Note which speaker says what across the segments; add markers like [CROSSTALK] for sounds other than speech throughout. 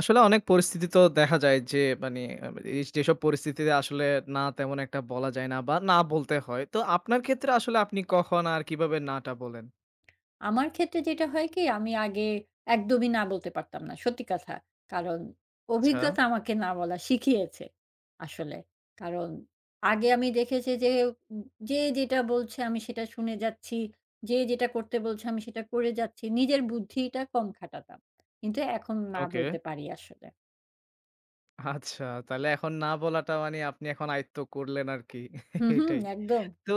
Speaker 1: আসলে অনেক পরিস্থিতি তো দেখা যায় যে মানে এই যেসব পরিস্থিতিতে আসলে না তেমন একটা বলা যায় না বা না বলতে হয়। তো আপনার ক্ষেত্রে আসলে আপনি কখন আর কিভাবে না টা বলেন?
Speaker 2: আমার ক্ষেত্রে যেটা হয় কি আমি আগে একদমই না বলতে পারতাম না। সত্যি কথা। কারণ
Speaker 1: আচ্ছা,
Speaker 2: অভিজ্ঞতা আমাকে না বলা শিখিয়েছে আসলে। কারণ আগে আমি দেখেছি যে উম যে যেটা বলছে আমি সেটা শুনে যাচ্ছি। যে যেটা করতে বলছে আমি সেটা করে যাচ্ছি। নিজের বুদ্ধিটা কম খাটাতাম। কিন্তু এখন না
Speaker 1: ওকে।
Speaker 2: বলতে পারি আসলে।
Speaker 1: আচ্ছা, তাহলে এখন না বলাটা মানে আপনি এখন আয়ত্ত করলেন আরকি
Speaker 2: হুম, হুম,
Speaker 1: এটাই।
Speaker 2: একদম।
Speaker 1: তো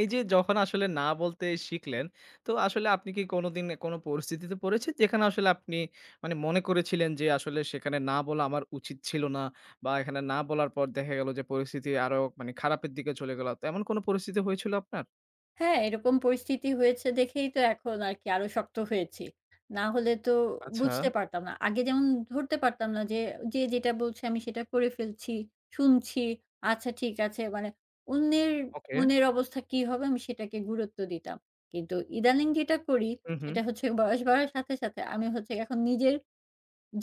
Speaker 1: এই যে যখন আসলে না বলতে শিখলেন, তো আসলে আপনি কি কোনোদিন কোন পরিস্থিতিতে পড়েছেন যেখানে আসলে আপনি মানে মনে করেছিলেন যে আসলে সেখানে না বলা আমার উচিত ছিল না বা এখানে না বলার পর দেখা গেল যে পরিস্থিতি আরো মানে খারাপের দিকে চলে গেল। তো এমন কোন পরিস্থিতি হয়েছিল আপনার?
Speaker 2: হ্যাঁ, এরকম পরিস্থিতি হয়েছে দেখেই তো এখন আরকি আরো শক্ত হয়েছি। না হলে তো
Speaker 1: আচ্ছা,
Speaker 2: বুঝতে পারতাম না। আগে যেমন ধরতে পারতাম না যে, যে যেটা বলছে আমি সেটা করে ফেলছি, শুনছি। আচ্ছা ঠিক আছে মানে অন্যের
Speaker 1: ওকে।
Speaker 2: মনের অবস্থা কি হবে আমি সেটাকে গুরুত্ব দিতাম। কিন্তু ইদানিং যেটা করি
Speaker 1: হুম, হুম।
Speaker 2: সেটা হচ্ছে বয়স বাড়ার সাথে, সাথে আমি হচ্ছে এখন নিজের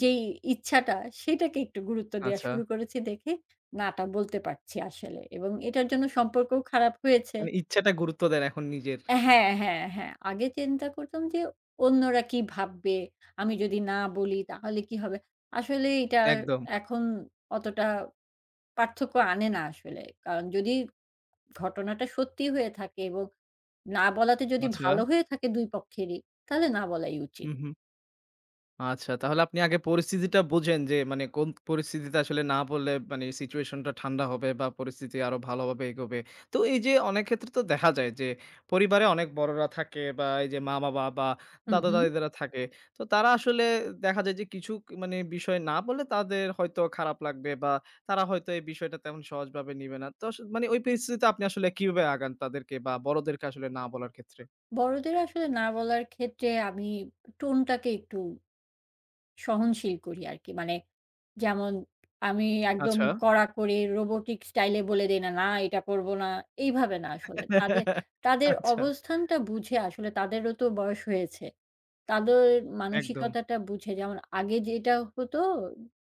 Speaker 2: যেই ইচ্ছাটা সেটাকে একটু গুরুত্ব দেয়া
Speaker 1: আচ্ছা।
Speaker 2: শুরু করেছি দেখে না টা বলতে পারছি আসলে এবং এটার জন্য সম্পর্কও খারাপ হয়েছে।
Speaker 1: মানে ইচ্ছাটা গুরুত্ব দেন এখন নিজের।
Speaker 2: হ্যাঁ, হ্যাঁ, হ্যাঁ। আগে চিন্তা করতাম যে অন্যরা কি ভাববে? আমি যদি না বলি তাহলে কি হবে? আসলে এটা
Speaker 1: একদম।
Speaker 2: এখন অতটা পার্থক্য আনে না আসলে। কারণ যদি ঘটনাটা সত্যি হয়ে থাকে এবং না বলাতে যদি
Speaker 1: আচ্ছা।
Speaker 2: ভালো হয়ে থাকে ২ পক্ষেরই, তাহলে না বলাই
Speaker 1: হু,
Speaker 2: উচিত।
Speaker 1: হু। আচ্ছা, তাহলে আপনি আগে পরিস্থিতিটা বোঝেন যে মানে কোন পরিস্থিতিতে আসলে না বললে মানে সিচুয়েশনটা ঠান্ডা হবে বা পরিস্থিতি আরো ভালোভাবে এগোবে। তো এই যে অনেক ক্ষেত্রে তো দেখা যায় যে পরিবারে অনেক বড়রা থাকে বা এই যে মা-বাবা বা
Speaker 2: হুম, হুম।
Speaker 1: দাদা-দাদিরা থাকে। তো তারা আসলে দেখা যায় যে কিছু মানে বিষয় না বললে তাদের হয়তো খারাপ লাগবে বা তারা হয়তো এই বিষয়টা তেমন সহজভাবে নিবে না। তো মানে ওই পরিস্থিতিতে আপনি আসলে কিভাবে আগান তাদেরকে বা বড়দেরকে আসলে না বলার ক্ষেত্রে?
Speaker 2: বড়দের আসলে না বলার ক্ষেত্রে আমি টোনটাকে একটু সহনশীল করি আরকি। মানে যেমন আমি একদম
Speaker 1: আচ্ছা।
Speaker 2: কড়াকড়ি রোবটিক স্টাইলে বলে দেই না, "না এটা করব না।" এইভাবে না আসলে। তাদের
Speaker 1: [LAUGHS]
Speaker 2: তাদের
Speaker 1: আচ্ছা,
Speaker 2: অবস্থানটা বুঝে আসলে তাদেরও তো বয়স হয়েছে। তাদের
Speaker 1: একদম।
Speaker 2: মানসিকতাটা বুঝে যেমন আগে যেটা হতো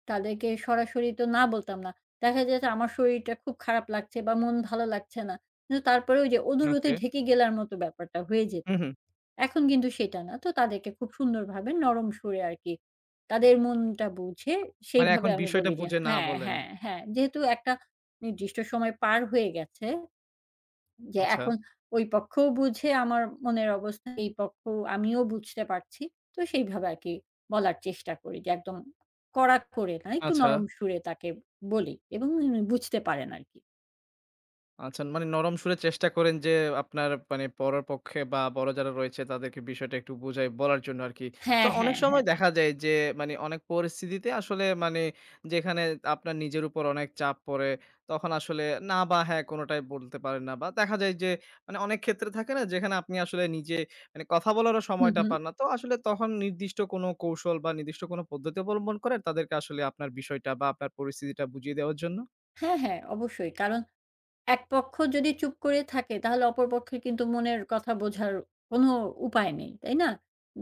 Speaker 2: তাদেরকে সরাসরি তো না বলতাম না। দেখা যেত আমার শরীরটা খুব খারাপ লাগছে বা মন ভালো লাগছে না। কিন্তু তারপরে ওই যে অদূরতে
Speaker 1: ওকে।
Speaker 2: ঢেকে গেলার মতো ব্যাপারটা হয়ে যেত।
Speaker 1: হু, হু।
Speaker 2: এখন কিন্তু সেটা না। তো তাদেরকে খুব সুন্দরভাবে নরম সুরে আরকি তাদের মনটা বুঝে
Speaker 1: মানে
Speaker 2: সেইভাবে
Speaker 1: এখন
Speaker 2: আমি
Speaker 1: বিষয়টা
Speaker 2: বলি যে
Speaker 1: বুঝে না
Speaker 2: হ্যাঁ,
Speaker 1: বলেন।
Speaker 2: হ্যাঁ, হ্যাঁ। যেহেতু একটা নির্দিষ্ট সময় পার হয়ে গেছে যে
Speaker 1: আচ্ছা,
Speaker 2: এখন ওই পক্ষও বুঝে আমার মনের অবস্থা, এই পক্ষ আমিও বুঝতে পারছি। তো সেইভাবে আরকি বলার চেষ্টা করি যে একদম কড়া করে না, একটু
Speaker 1: আচ্ছা।
Speaker 2: নরম সুরে তাকে বলি এবং উনি বুঝতে পারেন আরকি।
Speaker 1: আচ্ছা মানে নরম সুরে চেষ্টা করেন যে আপনার মানে পড়ার পক্ষে বা বড় যারা রয়েছে তাদেরকে বিষয়টা একটু বুঝাই বলার জন্য আরকি। তো
Speaker 2: হ্যাঁ,
Speaker 1: অনেক
Speaker 2: হ্যাঁ, হ্যাঁ।
Speaker 1: সময় দেখা যায় যে মানে অনেক পরিস্থিতিতে আসলে মানে যেখানে আপনার নিজের উপর অনেক চাপ পড়ে তখন আসলে না বা হ্যাঁ কোনোটাই বলতে পারেন না বা দেখা যায় যে মানে অনেক ক্ষেত্রে থাকে না যেখানে আপনি আসলে নিজে মানে কথা বলারও
Speaker 2: হুম,
Speaker 1: সময়টা
Speaker 2: হুম।
Speaker 1: পান না। তো আসলে তখন নির্দিষ্ট কোনো কৌশল বা নির্দিষ্ট কোনো পদ্ধতি অবলম্বন করেন তাদেরকে আসলে আপনার বিষয়টা বা আপনার পরিস্থিতিটা বুঝিয়ে দেওয়ার জন্য?
Speaker 2: হ্যাঁ, হ্যাঁ অবশ্যই। কারণ এক পক্ষ যদি চুপ করে থাকে তাহলে অপর পক্ষের কিন্তু মনের কথা বোঝার কোনো উপায় নেই, তাই না?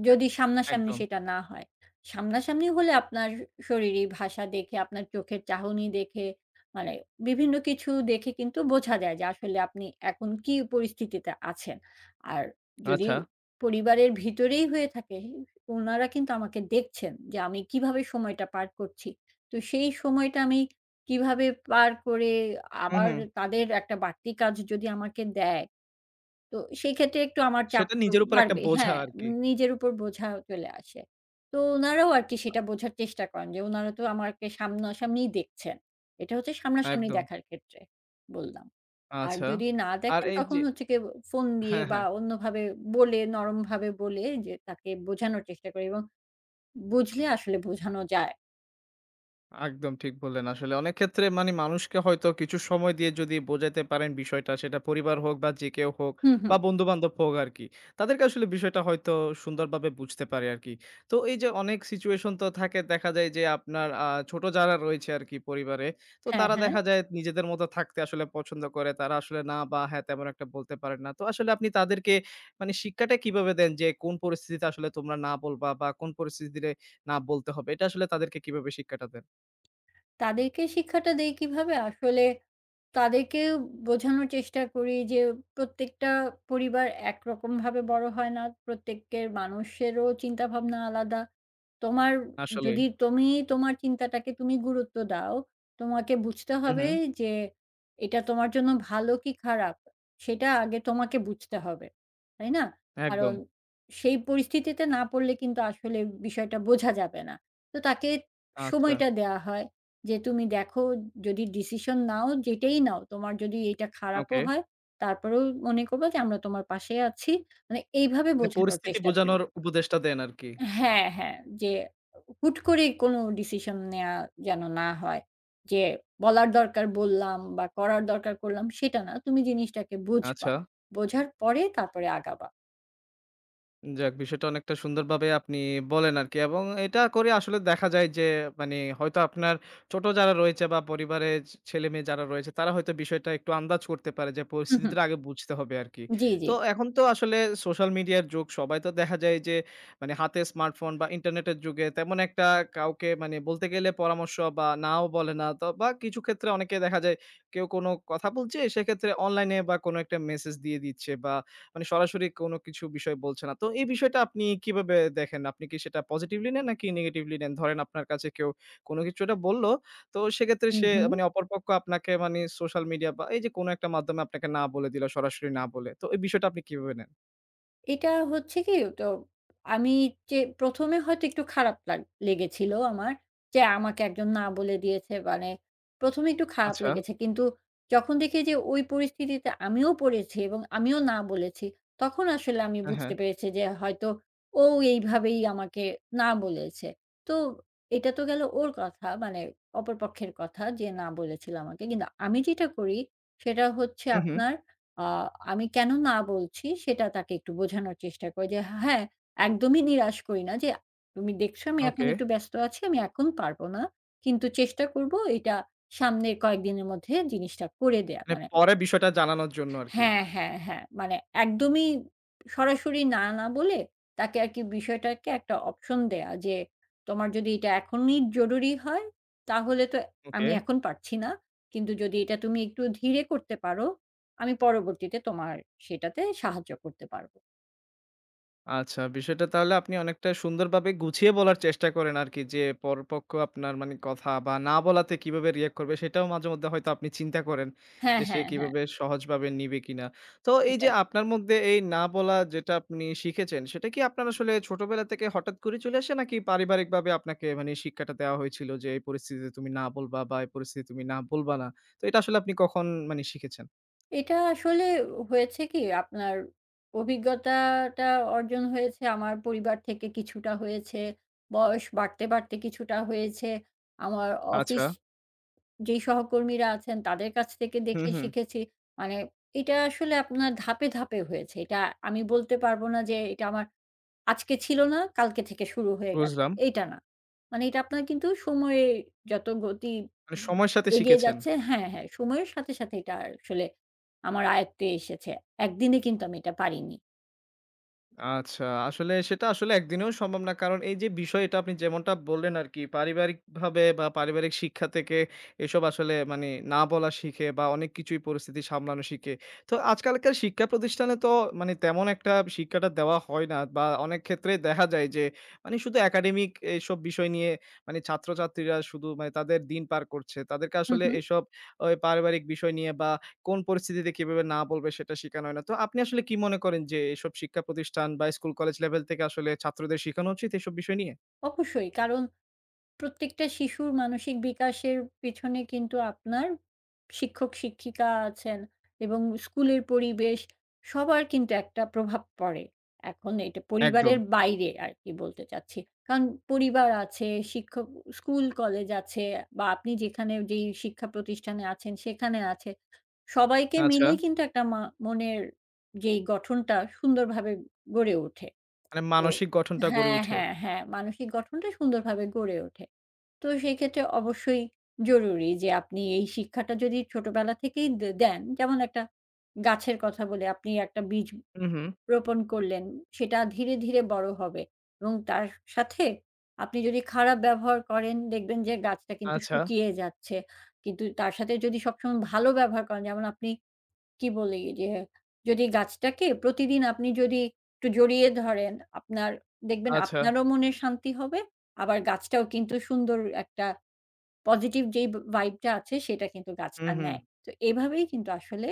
Speaker 2: যদি সামনাসামনি
Speaker 1: একদম।
Speaker 2: সেটা না হয়। সামনাসামনি হলে আপনার শরীরী ভাষা দেখে, আপনার চোখের চাহনি দেখে, মানে বিভিন্ন কিছু দেখে কিন্তু বোঝা যায় যে আসলে আপনি এখন কি পরিস্থিতিতে আছেন। আর যদি
Speaker 1: আচ্ছা।
Speaker 2: পরিবারের ভিতরেই হয়ে থাকে, উনারা কিন্তু আমাকে দেখছেন যে আমি কিভাবে সময়টা পার করছি। তো সেই সময়টা আমি কিভাবে পার করে
Speaker 1: হু,
Speaker 2: আবার
Speaker 1: হু।
Speaker 2: তাদের একটা বাড়তি কাজ যদি আমাকে দেয়, তো সেক্ষেত্রে একটু আমার চাপ
Speaker 1: সেটা
Speaker 2: তো
Speaker 1: নিজের উপর একটা
Speaker 2: বাড়বে।
Speaker 1: বোঝা
Speaker 2: হ্যাঁ,
Speaker 1: আরকি।
Speaker 2: নিজের উপর বোঝা চলে আসে। তো উনারাও আরকি সেটা বোঝার চেষ্টা করেন যে উনারা তো আমাকে সামনাসামনিই দেখছেন। এটা হচ্ছে সামনাসামনি
Speaker 1: একদম।
Speaker 2: দেখার ক্ষেত্রে বললাম। আর
Speaker 1: আচ্ছা।
Speaker 2: যদি না
Speaker 1: আর
Speaker 2: দেখেন
Speaker 1: এই
Speaker 2: তখন
Speaker 1: যে
Speaker 2: হচ্ছে গিয়ে ফোন দিয়ে
Speaker 1: হ্যাঁ,
Speaker 2: বা
Speaker 1: হ্যাঁ।
Speaker 2: অন্যভাবে বলে নরমভাবে বলে যে তাকে বোঝানোর চেষ্টা করি এবং বুঝলে আসলে বোঝানো যায়।
Speaker 1: একদম ঠিক বললেন। আসলে অনেক ক্ষেত্রে মানে মানুষকে হয়তো কিছু সময় দিয়ে যদি বোঝাইতে পারেন বিষয়টা, সেটা পরিবার হোক বা যে কেউ হোক
Speaker 2: হুম, হুম।
Speaker 1: বা বন্ধু-বান্ধব হোক আরকি। তাদেরকে আসলে বিষয়টা হয়তো সুন্দরভাবে বুঝতে পারে আরকি। তো এই যে অনেক সিচুয়েশন তো থাকে দেখা যায় যে আপনার ছোট যারা রয়েছে আরকি পরিবারে, তো
Speaker 2: হ্যাঁ,
Speaker 1: তারা
Speaker 2: হ্যাঁ।
Speaker 1: দেখা যায় নিজেদের মতো থাকতে আসলে পছন্দ করে। তারা আসলে না বা হ্যাঁ, তেমন একটা বলতে পারেন না। তো আসলে আপনি তাদেরকে মানে শিক্ষাটা কিভাবে দেন যে কোন পরিস্থিতিতে আসলে তোমরা না বলবা বা কোন পরিস্থিতিতে না বলতে হবে? এটা আসলে তাদেরকে কিভাবে শিক্ষাটা দেন?
Speaker 2: তাদেরকে শিক্ষাটা দেই কিভাবে? আসলে তাদেরকে বোঝানোর চেষ্টা করি যে, প্রত্যেকটা পরিবার একরকমভাবে বড় হয় না। প্রত্যেকের মানুষেরও চিন্তাভাবনা আলাদা। তোমার
Speaker 1: আসলেই।
Speaker 2: যদি তুমি তোমার চিন্তাটাকে তুমি গুরুত্ব দাও, তোমাকে বুঝতে
Speaker 1: হু, হু।
Speaker 2: হবে যে এটা তোমার জন্য ভালো কি খারাপ, সেটা আগে তোমাকে বুঝতে হবে। তাই না? কারণ
Speaker 1: একদম।
Speaker 2: সেই পরিস্থিতিতে না পড়লে কিন্তু আসলে বিষয়টা বোঝা যাবে না। তো তাকে
Speaker 1: আচ্ছা,
Speaker 2: সময়টা দেয়া হয়। যে তুমি দেখো যদি ডিসিশন নাও, যেটাই নাও, তোমার যদি এটা খারাপও
Speaker 1: ওকে।
Speaker 2: হয়, তারপরেও মনে করবা যে আমরা তোমার পাশে আছি। মানে এইভাবে
Speaker 1: মানে
Speaker 2: বোঝানোর
Speaker 1: পরিস্থিতি
Speaker 2: চেষ্টা করি।
Speaker 1: বোঝানোর উপদেশটা দেন আরকি।
Speaker 2: হ্যাঁ, হ্যাঁ। যে হুট করে কোনো ডিসিশন নেয়া যেন না হয়। যে বলার দরকার বললাম বা করার দরকার করলাম সেটা না। তুমি জিনিসটাকে বুঝবা।
Speaker 1: আচ্ছা।
Speaker 2: বোঝার পরে তারপরে আগাবা।
Speaker 1: যাক, বিষয়টা অনেকটা সুন্দরভাবে আপনি বলেন আরকি এবং এটা করে আসলে দেখা যায় যে মানে হয়তো আপনার ছোট যারা রয়েছে বা পরিবারের ছেলেমেয়ে যারা রয়েছে তারা হয়তো বিষয়টা একটু আন্দাজ করতে পারে যে
Speaker 2: হু, হু।
Speaker 1: পরিস্থিতিটা আগে বুঝতে হবে আরকি।
Speaker 2: জি, জি।
Speaker 1: তো এখন তো আসলে সোশ্যাল মিডিয়ার যুগ সবাই তো দেখা যায় যে মানে হাতে স্মার্টফোন বা ইন্টারনেটের যুগে তেমন একটা কাউকে মানে বলতে গেলে পরামর্শ বা নাও বলে না তো বা কিছু ক্ষেত্রে অনেকে দেখা যায় কেউ কোনো কথা বলছে সেক্ষেত্রে অনলাইনে বা কোনো একটা মেসেজ দিয়ে দিচ্ছে বা মানে সরাসরি কোনো কিছু বিষয় বলছে না। তো এই বিষয়টা আপনি কিভাবে দেখেন? আপনি কি সেটা পজিটিভলি নেন নাকি নেগেটিভলি নেন? ধরেন আপনার কাছে কেউ কোনো কিছু একটা বলল, তো সেক্ষেত্রে
Speaker 2: হু,
Speaker 1: সে
Speaker 2: হু।
Speaker 1: মানে অপর পক্ষ আপনাকে মানে সোশ্যাল মিডিয়া বা এই যে কোনো একটা মাধ্যমে আপনাকে না বলে দিল, সরাসরি না বলে। তো এই বিষয়টা আপনি কিভাবে নেন?
Speaker 2: এটা হচ্ছে কি তো আমি যে ১ম এ হয়তো একটু খারাপ লেগেছিল আমার যে আমাকে একজন না বলে দিয়েছে মানে ১ম এ একটু খারাপ
Speaker 1: আচ্ছা।
Speaker 2: লেগেছে। কিন্তু যখন দেখি যে ওই পরিস্থিতিতে আমিও পড়েছি এবং আমিও না বলেছি, তখন আসলে আমি
Speaker 1: হ্যাঁ,
Speaker 2: বুঝতে
Speaker 1: হ্যাঁ।
Speaker 2: পেরেছি যে হয়তো ও এইভাবেই আমাকে না বলেছে। তো এটা তো গেল ওর কথা মানে অপরপক্ষের কথা যে না বলেছিল আমাকে। কিন্তু আমি যেটা করি সেটা হচ্ছে
Speaker 1: হু, হু।
Speaker 2: আপনার আ আমি কেন না বলছি সেটা তাকে একটু বোঝানোর চেষ্টা করি যে, হ্যাঁ, একদমই নিরাশ করি না যে, "তুমি দেখছো আমি এখন
Speaker 1: ওকে।
Speaker 2: একটু ব্যস্ত আছি, আমি এখন পারব না। কিন্তু চেষ্টা করব এটা সামনের কয়েকদিনের মধ্যে জিনিসটা করে দেয়া।"
Speaker 1: মানে
Speaker 2: মানে
Speaker 1: পরে বিষয়টা জানানোর জন্য আরকি।
Speaker 2: হ্যাঁ, হ্যাঁ, হ্যাঁ। মানে একদমই সরাসরি না, না বলে তাকে আরকি বিষয়টাকে একটা অপশন দেয়া যে, "তোমার যদি এটা এখনই জরুরি হয়, তাহলে তো আমি
Speaker 1: ওকে।
Speaker 2: এখন পারছি না। কিন্তু যদি এটা তুমি একটু ধীরে করতে পারো, আমি পরবর্তীতে তোমার সেটাতে সাহায্য করতে পারব।"
Speaker 1: আচ্ছা, বিষয়টা তাহলে আপনি অনেকটা সুন্দরভাবে গুছিয়ে বলার চেষ্টা করেন আরকি যে, পরপক্ষ আপনার মানে কথা বা না বলাতে কিভাবে রিঅ্যাক্ট করবে সেটাও মাঝেমধ্যে হয়তো আপনি চিন্তা করেন
Speaker 2: হ্যাঁ,
Speaker 1: যে, সে
Speaker 2: হ্যাঁ, হ্যাঁ।
Speaker 1: কিভাবে সহজভাবে নিবে কিনা। তো এই যে
Speaker 2: এটাই।
Speaker 1: আপনার মধ্যে এই না বলা যেটা আপনি শিখেছেন, সেটা কি আপনার আসলে ছোটবেলা থেকে হঠাৎ করে চলে আসে নাকি পারিবারিকভাবে আপনাকে মানে এই শিক্ষাটা দেওয়া হয়েছিল যে, এই পরিস্থিতিতে তুমি না বলবা বা এই পরিস্থিতিতে তুমি না বলবা না। তো এটা আসলে আপনি কখন মানে শিখেছেন?
Speaker 2: এটা আসলে হয়েছে কি আপনার অভিজ্ঞতাটা অর্জন হয়েছে আমার পরিবার থেকে কিছুটা হয়েছে, বয়স বাড়তে, বাড়তে কিছুটা হয়েছে। আমার অফিস
Speaker 1: আচ্ছা।
Speaker 2: যেই সহকর্মীরা আছেন তাদের কাছ থেকে
Speaker 1: হুম,
Speaker 2: দেখে
Speaker 1: হুম।
Speaker 2: শিখেছি। মানে এটা আসলে আপনার ধাপে, ধাপে হয়েছে। এটা আমি বলতে পারব না যে এটা আমার আজকে ছিল না, কালকে থেকে শুরু হয়ে গেছে।
Speaker 1: বুঝলাম।
Speaker 2: এইটা না। মানে এটা আপনার কিন্তু সময়ে যত গতি
Speaker 1: মানে
Speaker 2: উম
Speaker 1: সময়ের সাথে
Speaker 2: এগিয়ে
Speaker 1: শিখেছেন।
Speaker 2: যাচ্ছে হ্যাঁ, হ্যাঁ, সময়ের সাথে, সাথে এটা আসলে আমার আয়ত্তে এসেছে। একদিনে কিন্তু আমি এটা পারিনি।
Speaker 1: আচ্ছা, আসলে সেটা আসলে একদিনেও সম্ভব না। কারণ এই যে বিষয়টা আপনি যেমনটা বললেন আরকি পারিবারিকভাবে বা পারিবারিক শিক্ষা থেকে এসব আসলে মানে না বলা শিখে বা অনেক কিছুই পরিস্থিতি সামলানো শিখে। তো আজকালকার শিক্ষা প্রতিষ্ঠানে তো মানে তেমন একটা শিক্ষাটা দেওয়া হয় না বা অনেক ক্ষেত্রে দেখা যায় যে মানে শুধু একাডেমিক এসব বিষয় নিয়ে মানে ছাত্রছাত্রীরা শুধু মানে তাদের দিন পার করছে। তাদেরকে
Speaker 2: হু,
Speaker 1: আসলে
Speaker 2: হু,
Speaker 1: এসব ওই পারিবারিক বিষয় নিয়ে বা কোন পরিস্থিতিতে কিভাবে না বলবে সেটা শিখানো হয় না। তো আপনি আসলে কি মনে করেন যে এসব শিক্ষা প্রতিষ্ঠান বা স্কুল কলেজ লেভেল থেকে আসলে ছাত্রদের শিখানো উচিত এসব বিষয় নিয়ে?
Speaker 2: অবশ্যই কারণ প্রত্যেকটা শিশুর মানসিক বিকাশের পেছনে কিন্তু আপনার শিক্ষক-শিক্ষিকা আছেন এবং স্কুলের পরিবেশ সবার কিন্তু একটা প্রভাব পড়ে। এখন এটা
Speaker 1: একদম।
Speaker 2: পরিবারের বাইরে আরকি বলতে চাচ্ছি। কারণ পরিবার আছে, শিক্ষক স্কুল, কলেজ আছে বা আপনি যেখানে যেই শিক্ষা প্রতিষ্ঠানে আছেন সেখানে আছে। সবাইকে
Speaker 1: আচ্ছা।
Speaker 2: মিলেই কিন্তু একটা মনের যেই গঠনটা সুন্দরভাবে গড়ে ওঠে।
Speaker 1: মানে
Speaker 2: তো
Speaker 1: মানসিক গঠনটা গড়ে
Speaker 2: হ্যাঁ,
Speaker 1: উঠে।
Speaker 2: হ্যাঁ, হ্যাঁ। মানসিক গঠনটা সুন্দরভাবে গড়ে ওঠে। তো সেক্ষেত্রে অবশ্যই জরুরি যে আপনি এই শিক্ষাটা যদি ছোটবেলা থেকেই দেন, যেমন একটা গাছের কথা বলি, আপনি একটা বীজ
Speaker 1: হুম, হুম।
Speaker 2: রোপণ করলেন, সেটা ধীরে, ধীরে বড় হবে এবং তার সাথে আপনি যদি খারাপ ব্যবহার করেন, দেখবেন যে গাছটা কিন্তু
Speaker 1: আচ্ছা,
Speaker 2: শুকিয়ে যাচ্ছে। কিন্তু তার সাথে যদি সবসময় ভালো ব্যবহার করেন, যেমন আপনি কি বলি যে, যদি গাছটাকে প্রতিদিন আপনি যদি একটু জড়িয়ে ধরেন, আপনার দেখবেন
Speaker 1: আচ্ছা।
Speaker 2: আপনারও মনে শান্তি হবে, আবার গাছটাও কিন্তু সুন্দর একটা পজিটিভ যেই ভাইবটা আছে সেটা কিন্তু গাছটা
Speaker 1: হুম, হুম।
Speaker 2: নেয়। তো এভাবেই কিন্তু আসলে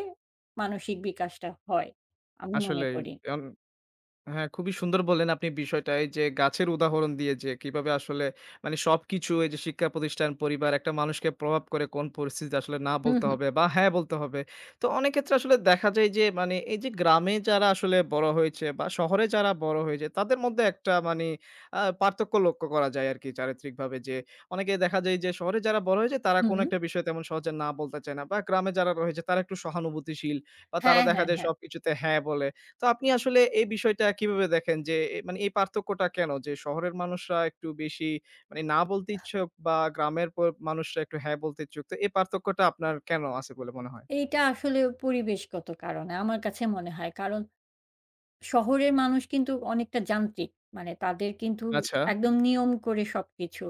Speaker 2: মানসিক বিকাশটা হয়। আমি মনে
Speaker 1: আসলেই।
Speaker 2: করি।
Speaker 1: অন হ্যাঁ, খুবই সুন্দর বললেন আপনি বিষয়টা। এই যে গাছের উদাহরণ দিয়ে যে কিভাবে আসলে মানে সবকিছু এই যে শিক্ষা প্রতিষ্ঠান, পরিবার একটা মানুষকে প্রভাব করে কোন পরিস্থিতিতে আসলে না
Speaker 2: হুম,
Speaker 1: বলতে হবে বা হ্যাঁ বলতে হবে। তো অনেক ক্ষেত্রে আসলে দেখা যায় যে মানে এই যে গ্রামে যারা আসলে বড় হয়েছে বা শহরে যারা বড় হয়েছে তাদের মধ্যে একটা মানে পার্থক্য লক্ষ্য করা যায় আরকি চারিত্রিকভাবে যে অনেকে দেখা যায় যে শহরে যারা বড় হয়েছে তারা
Speaker 2: হুম,
Speaker 1: কোনো
Speaker 2: হুম।
Speaker 1: একটা বিষয়ে তেমন সহজে না বলতে চায় না বা গ্রামে যারা রয়েছে তারা একটু সহানুভূতিশীল বা তারা
Speaker 2: হ্যাঁ,
Speaker 1: দেখা
Speaker 2: হ্যাঁ,
Speaker 1: যায়
Speaker 2: হ্যাঁ।
Speaker 1: সবকিছুতে হ্যাঁ বলে। তো আপনি আসলে এই বিষয়টা কিভাবে দেখেন? যে মানে এই পার্থক্যটা কেন? যে শহরের মানুষরা একটু বেশি মানে না বলতে ইচ্ছুক বা গ্রামের মানুষরা একটু হ্যাঁ বলতে ইচ্ছুক। তো এই পার্থক্যটা আপনার কেন আছে বলে মনে হয়?
Speaker 2: এইটা আসলে পরিবেশগত কারণে আমার কাছে মনে হয়। কারণ শহরের মানুষ কিন্তু অনেকটা যান্ত্রিক। মানে তাদের কিন্তু
Speaker 1: আচ্ছা,
Speaker 2: একদম নিয়ম করে সবকিছু।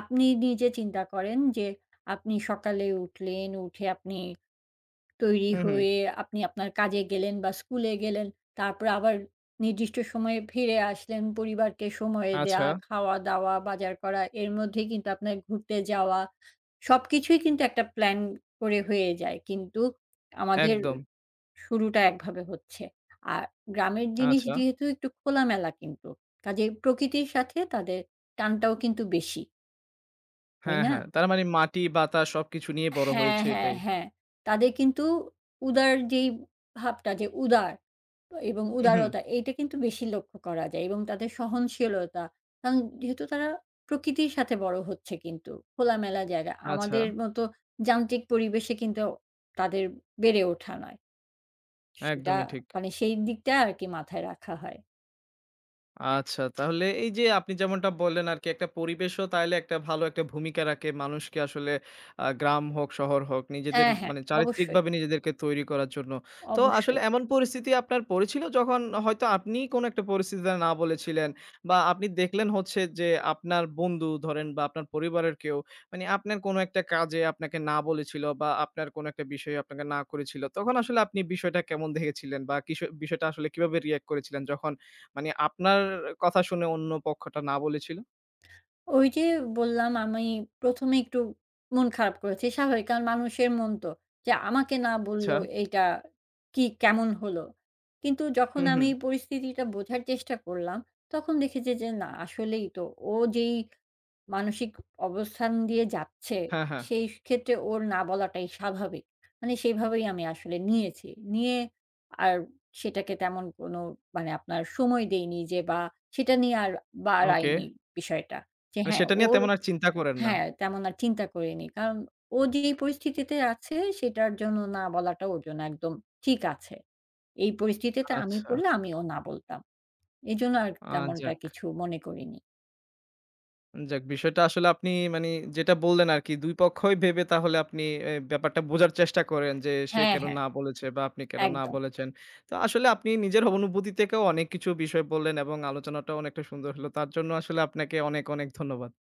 Speaker 2: আপনি নিজে চিন্তা করেন যে আপনি সকালে উঠলেন, উঠে আপনি তৈরি
Speaker 1: হুম, হুম।
Speaker 2: হয়ে আপনি আপনার কাজে গেলেন বা স্কুলে গেলেন। তারপরে আবার নির্দিষ্ট সময়ে ফিরে আসলেন। পরিবারকে সময় দেয়া,
Speaker 1: আচ্ছা,
Speaker 2: খাওয়া-দাওয়া, বাজার করা এর মধ্যেই কিন্তু আপনার ঘুরতে যাওয়া সবকিছুই কিন্তু একটা প্ল্যান করে হয়ে যায়। কিন্তু আমাদের
Speaker 1: একদম।
Speaker 2: শুরুটা একভাবে হচ্ছে। আর গ্রামের জিনিস
Speaker 1: আচ্ছা,
Speaker 2: যেহেতু একটু খোলামেলা কিন্তু। কাজেই প্রকৃতির সাথে তাদের টানটাও কিন্তু বেশি। তাই
Speaker 1: হ্যাঁ,
Speaker 2: না?
Speaker 1: হ্যাঁ। তার মানে মাটি, বাতাস সবকিছু নিয়ে বড়
Speaker 2: হ্যাঁ,
Speaker 1: হয়েছে
Speaker 2: হ্যাঁ,
Speaker 1: এটাই।
Speaker 2: হ্যাঁ। তাদের কিন্তু উদার যেই ভাবটা যে উদার এবং
Speaker 1: হুম, হুম।
Speaker 2: উদারতা এইটা কিন্তু বেশি লক্ষ্য করা যায় এবং তাদের সহনশীলতা। কারণ যেহেতু তারা প্রকৃতির সাথে বড় হচ্ছে কিন্তু খোলামেলা জায়গা।
Speaker 1: আচ্ছা,
Speaker 2: আমাদের মতো যান্ত্রিক পরিবেশে কিন্তু তাদের বেড়ে ওঠা নয়। সেটা
Speaker 1: একদমই ঠিক।
Speaker 2: মানে সেই দিকটা আরকি মাথায় রাখা হয়।
Speaker 1: আচ্ছা, তাহলে এই যে আপনি যেমনটা বললেন আরকি একটা পরিবেশও তাইলে একটা ভালো একটা ভূমিকা রাখে মানুষকে আসলে গ্রাম হোক, শহর হোক নিজেদের
Speaker 2: হ্যাঁ, হ্যাঁ,
Speaker 1: মানে
Speaker 2: অবশ্যই,
Speaker 1: চারিত্রিকভাবে নিজেদেরকে তৈরি করার জন্য। তো আসলে
Speaker 2: অবশ্যই।
Speaker 1: এমন পরিস্থিতি আপনার পড়েছিল যখন হয়তো আপনি কোনো একটা পরিস্থিতিতে না বলেছিলেন বা আপনি দেখলেন হচ্ছে যে আপনার বন্ধু ধরেন বা আপনার পরিবারের কেউ মানে আপনার কোনো একটা কাজে আপনাকে না বলেছিল বা আপনার কোনো একটা বিষয়ে আপনাকে না করেছিল। তখন আসলে আপনি বিষয়টা কেমন দেখেছিলেন বা কিসে বিষয়টা আসলে কিভাবে রিঅ্যাক্ট করেছিলেন যখন মানে আপনার কথা শুনে অন্য পক্ষটা না বলেছিল?
Speaker 2: ওই যে বললাম আমি ১ম এ একটু মন খারাপ করেছি। স্বাভাবিক কারণ মানুষের মন তো। যে আমাকে না
Speaker 1: আচ্ছা।
Speaker 2: বললেও এইটা কি কেমন হলো? কিন্তু যখন
Speaker 1: হুম, হুম।
Speaker 2: আমি পরিস্থিতিটা বোঝার চেষ্টা করলাম, তখন দেখেছি যে না আসলেই তো ও যেই মানসিক অবস্থান দিয়ে যাচ্ছে,
Speaker 1: হ্যাঁ, হ্যাঁ।
Speaker 2: সেই ক্ষেত্রে ওর না বলাটাই স্বাভাবিক। মানে সেইভাবেই আমি আসলে নিয়েছি। নিয়ে আর সেটাকে তেমন কোনো মানে আপনার সময় দেইনি যে বা সেটা নিয়ে আর
Speaker 1: ওকে।
Speaker 2: বাড়াইনি বিষয়টা। যে
Speaker 1: মানে
Speaker 2: হ্যাঁ,
Speaker 1: সেটা নিয়ে
Speaker 2: ওর
Speaker 1: তেমন আর চিন্তা করেন না।
Speaker 2: হ্যাঁ, তেমন আর চিন্তা করিনি। কারণ ও যেই পরিস্থিতিতে আছে সেটার জন্য না বলাটা ওর জন্য একদম ঠিক আছে। এই পরিস্থিতিতে আমি
Speaker 1: আচ্ছা।
Speaker 2: পড়লে আমিও না বলতাম। এজন্য আর
Speaker 1: আ
Speaker 2: তেমনটা
Speaker 1: যাক,
Speaker 2: কিছু মনে করিনি।
Speaker 1: যাক বিষয়টা আসলে আপনি মানে যেটা বললেন আরকি ২ পক্ষই ভেবে তাহলে আপনি এ ব্যাপারটা বোঝার চেষ্টা করেন যে সে
Speaker 2: হ্যাঁ,
Speaker 1: কেন
Speaker 2: হ্যাঁ,
Speaker 1: না বলেছে বা আপনি কেন না
Speaker 2: একদম।
Speaker 1: বলেছেন। তো আসলে আপনি নিজের অনুভূতি থেকেও অনেক কিছু বিষয় বললেন এবং আলোচনাটাও অনেকটা সুন্দর হলো। তার জন্য আসলে আপনাকে অনেক, অনেক ধন্যবাদ।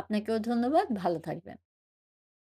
Speaker 2: আপনাকেও ধন্যবাদ। ভালো থাকবেন।